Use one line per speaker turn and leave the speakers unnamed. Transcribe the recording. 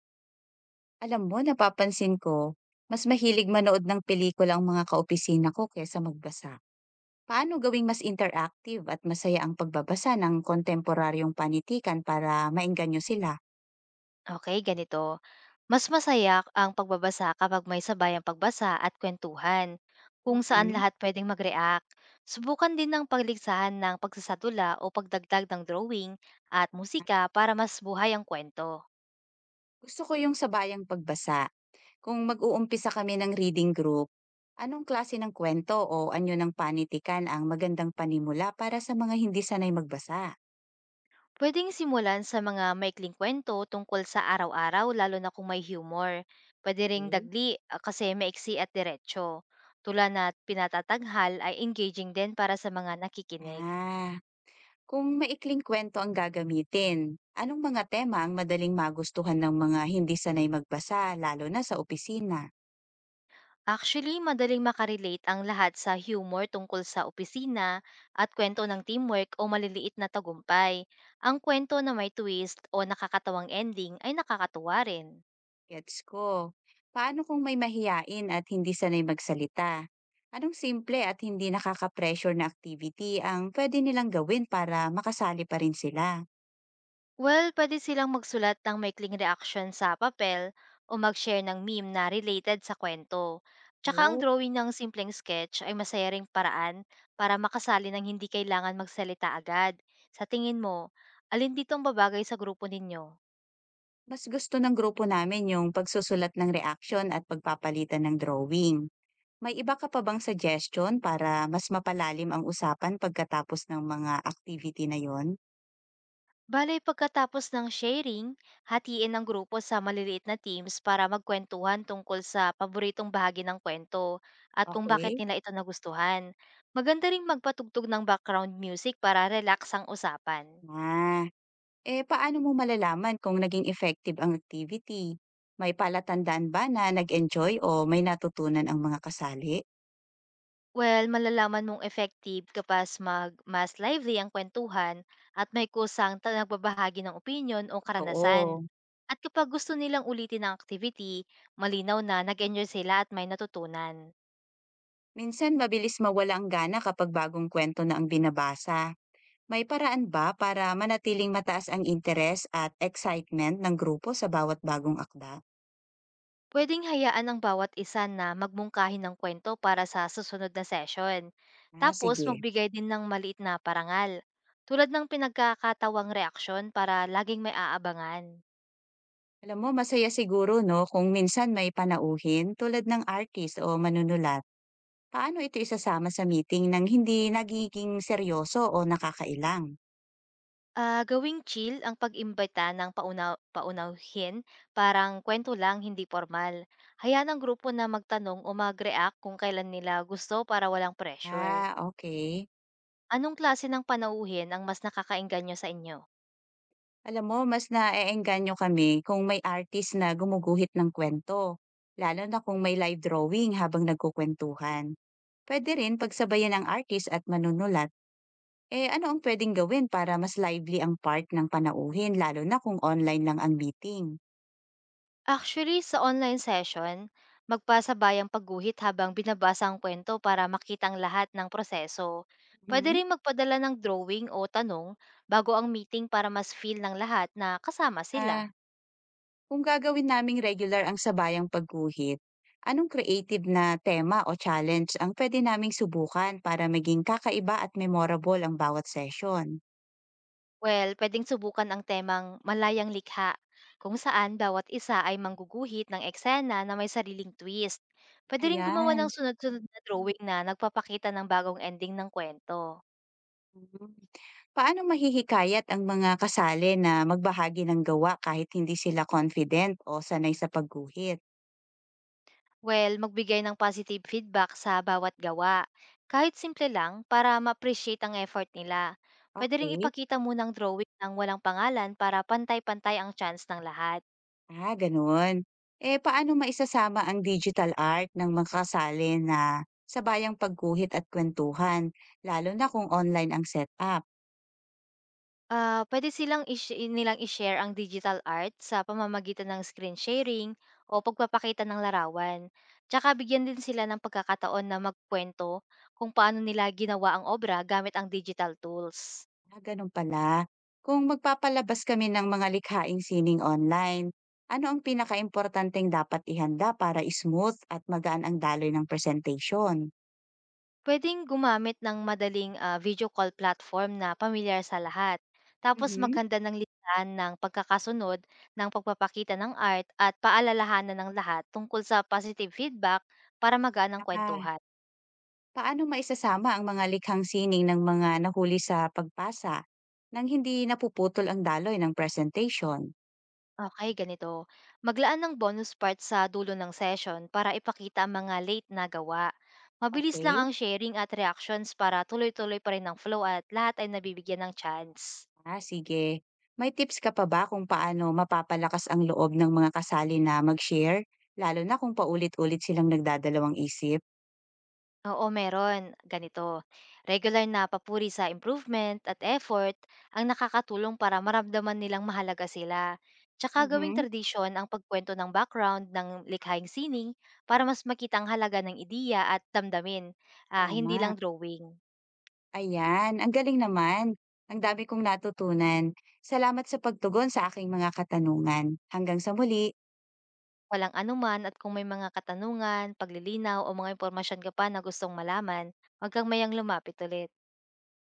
Alam mo, napapansin ko, mas mahilig manood ng pelikula ang mga kaopisina ko kaysa magbasa. Paano gawing mas interactive at masaya ang pagbabasa ng kontemporaryong panitikan para maengganyo sila?
Okay, ganito. Mas masaya ang pagbabasa kapag may sabay ang pagbasa at kwentuhan, kung saan
Mhm.
lahat pwedeng mag-react. Subukan din ng pagligsahan ng pagsasatula o pagdagdag ng drawing at musika para mas buhay ang kwento.
Gusto ko yung sabayang pagbasa. Kung mag-uumpisa kami ng reading group, anong klase ng kwento o anyo ng panitikan ang magandang panimula para sa mga hindi sanay magbasa?
Pwedeng simulan sa mga maikling kwento tungkol sa araw-araw lalo na kung may humor. Pwede ring
Okay.
dagli ah, kasi maiksi at diretso. Tula na pinatataghal ay engaging din para sa mga nakikinig.
Ah, kung maikling kwento ang gagamitin, anong mga tema ang madaling magustuhan ng mga hindi sanay magbasa lalo na sa opisina?
Actually, madaling makarelate ang lahat sa humor tungkol sa opisina at kwento ng teamwork o maliliit na tagumpay. Ang kwento na may twist o nakakatawang ending ay nakakatuwa rin.
Gets ko. Paano kung may mahiyain at hindi sanay magsalita? Anong simple at hindi nakaka-pressure na activity ang pwede nilang gawin para makasali pa rin sila?
Well, pwede silang magsulat ng maikling reaction sa papel o mag-share ng meme na related sa kwento. Tsaka ang
Oh,
drawing ng simpleng sketch ay masaya ring paraan para makasali ng hindi kailangan magsalita agad. Sa tingin mo, alin dito ang babagay sa grupo ninyo?
mas gusto ng grupo namin yung pagsusulat ng reaction at pagpapalitan ng drawing. May iba ka pa bang suggestion para mas mapalalim ang usapan pagkatapos ng mga activity na 'yon?
Bale, pagkatapos ng sharing, hatiin ang grupo sa maliliit na teams para magkwentuhan tungkol sa paboritong bahagi ng kwento at kung bakit
Okay?
nila ito nagustuhan. Maganda ring magpatugtog ng background music para relax ang usapan.
Ah, eh, paano mo malalaman kung naging effective ang activity? May palatandaan ba na nag-enjoy o may natutunan ang mga kasali?
Well, malalaman mong effective kapas mag mas lively ang kwentuhan at may kusang nagbabahagi ng opinion o karanasan.
Totoo.
At kapag gusto nilang ulitin ang activity, malinaw na nag-enjoy sila at may natutunan.
Minsan mabilis mawala ang gana kapag bagong kwento na ang binabasa. May paraan ba para manatiling mataas ang interes at excitement ng grupo sa bawat bagong akda?
Pwedeng hayaan ang bawat isa na magmungkahi ng kwento para sa susunod na session.
Ah,
Tapos
sige.
magbigay din ng maliit na parangal, tulad ng pinagkakatawang reaksyon para laging may aabangan.
Alam mo, masaya siguro 'no, kung minsan may panauhin tulad ng artist o manunulat. Paano ito isasama sa meeting nang hindi nagiging seryoso o nakakailang?
Ah, gawing chill ang pag-imbita ng paunawhin, parang kwento lang, hindi formal. Hayaan ang grupo na magtanong o mag-react kung kailan nila gusto para walang pressure.
Ah, okay.
Anong klase ng panauhin ang mas nakakainggan nyo sa inyo?
Alam mo, mas naeengganyo kami kung may artist na gumuguhit ng kwento, lalo na kung may live drawing habang nagkukuwentuhan. Puwede rin pagsabayan ng artist at manunulat. Eh, ano ang pwedeng gawin para mas lively ang part ng panauhin lalo na kung online lang ang meeting?
Actually, sa online session, magpasabay ang pagguhit habang binabasa ang kwento para makitang lahat ng proseso. Pwede
Mhm,
rin magpadala ng drawing o tanong bago ang meeting para mas feel ng lahat na kasama sila.
ah kung gagawin naming regular ang sabayang pagguhit, anong creative na tema o challenge ang pwede naming subukan para maging kakaiba at memorable ang bawat session?
Well, pwedeng subukan ang temang malayang likha, kung saan bawat isa ay mangguguhit ng eksena na may sariling twist. Pwede rin gumawa
Ayan.
ng sunod-sunod na drawing na nagpapakita ng bagong ending ng kwento.
Mm. Paano mahihikayat ang mga kasali na magbahagi ng gawa kahit hindi sila confident o sanay sa pagguhit?
Well, magbigay ng positive feedback sa bawat gawa. Kahit simple lang, para ma-appreciate ang effort nila. Pwede rin
Okay.
ipakita munang drawing ng walang pangalan para pantay-pantay ang chance ng lahat.
Ah, ganun. Eh, paano maisasama ang digital art ng mga kasali na sabayang pagguhit at kwentuhan, lalo na kung online ang setup?
Ah, pwede nilang i-share ang digital art sa pamamagitan ng screen sharing o pagpapakita ng larawan. Tsaka bigyan din sila ng pagkakataon na magkwento kung paano nila ginawa ang obra gamit ang digital tools.
Ah, ganun pala. Kung magpapalabas kami ng mga likhaing sining online, ano ang pinakaimportanteng dapat ihanda para smooth at magaan ang daloy ng presentation?
Puwedeng gumamit ng madaling, video call platform na pamilyar sa lahat. Tapos
Mhm.
maghanda ng listahan ng pagkakasunod ng pagpapakita ng art at paalalahanan ng lahat tungkol sa positive feedback para magaan ang
Ah,
kuwentuhan.
paano maisasama ang mga likhang sining ng mga nahuli sa pagpasa nang hindi napuputol ang daloy ng presentation?
Okay, ganito. Maglaan ng bonus part sa dulo ng session para ipakita ang mga late na gawa. Mabilis lang
Okay.
ang sharing at reactions para tuloy-tuloy pa rin ang flow at lahat ay nabibigyan ng chance.
Ah, sige. May tips ka pa ba kung paano mapapalakas ang loob ng mga kasali na mag-share, lalo na kung paulit-ulit silang nagdadalawang isip?
Oo, meron. Ganito, regular na papuri sa improvement at effort ang nakakatulong para maramdaman nilang mahalaga sila. Tsaka gawing
Mhm.
tradisyon ang pagkwento ng background ng likhang sining para mas makita ang halaga ng ideya at damdamin, hindi lang
Tama.
drawing.
Ayan, ang galing naman. Ang dami kong natutunan. Salamat sa pagtugon sa aking mga katanungan. Hanggang sa muli.
Walang anuman at kung may mga katanungan, paglilinaw o mga impormasyon ka pa na gustong malaman, huwag kang mayang lumapit ulit.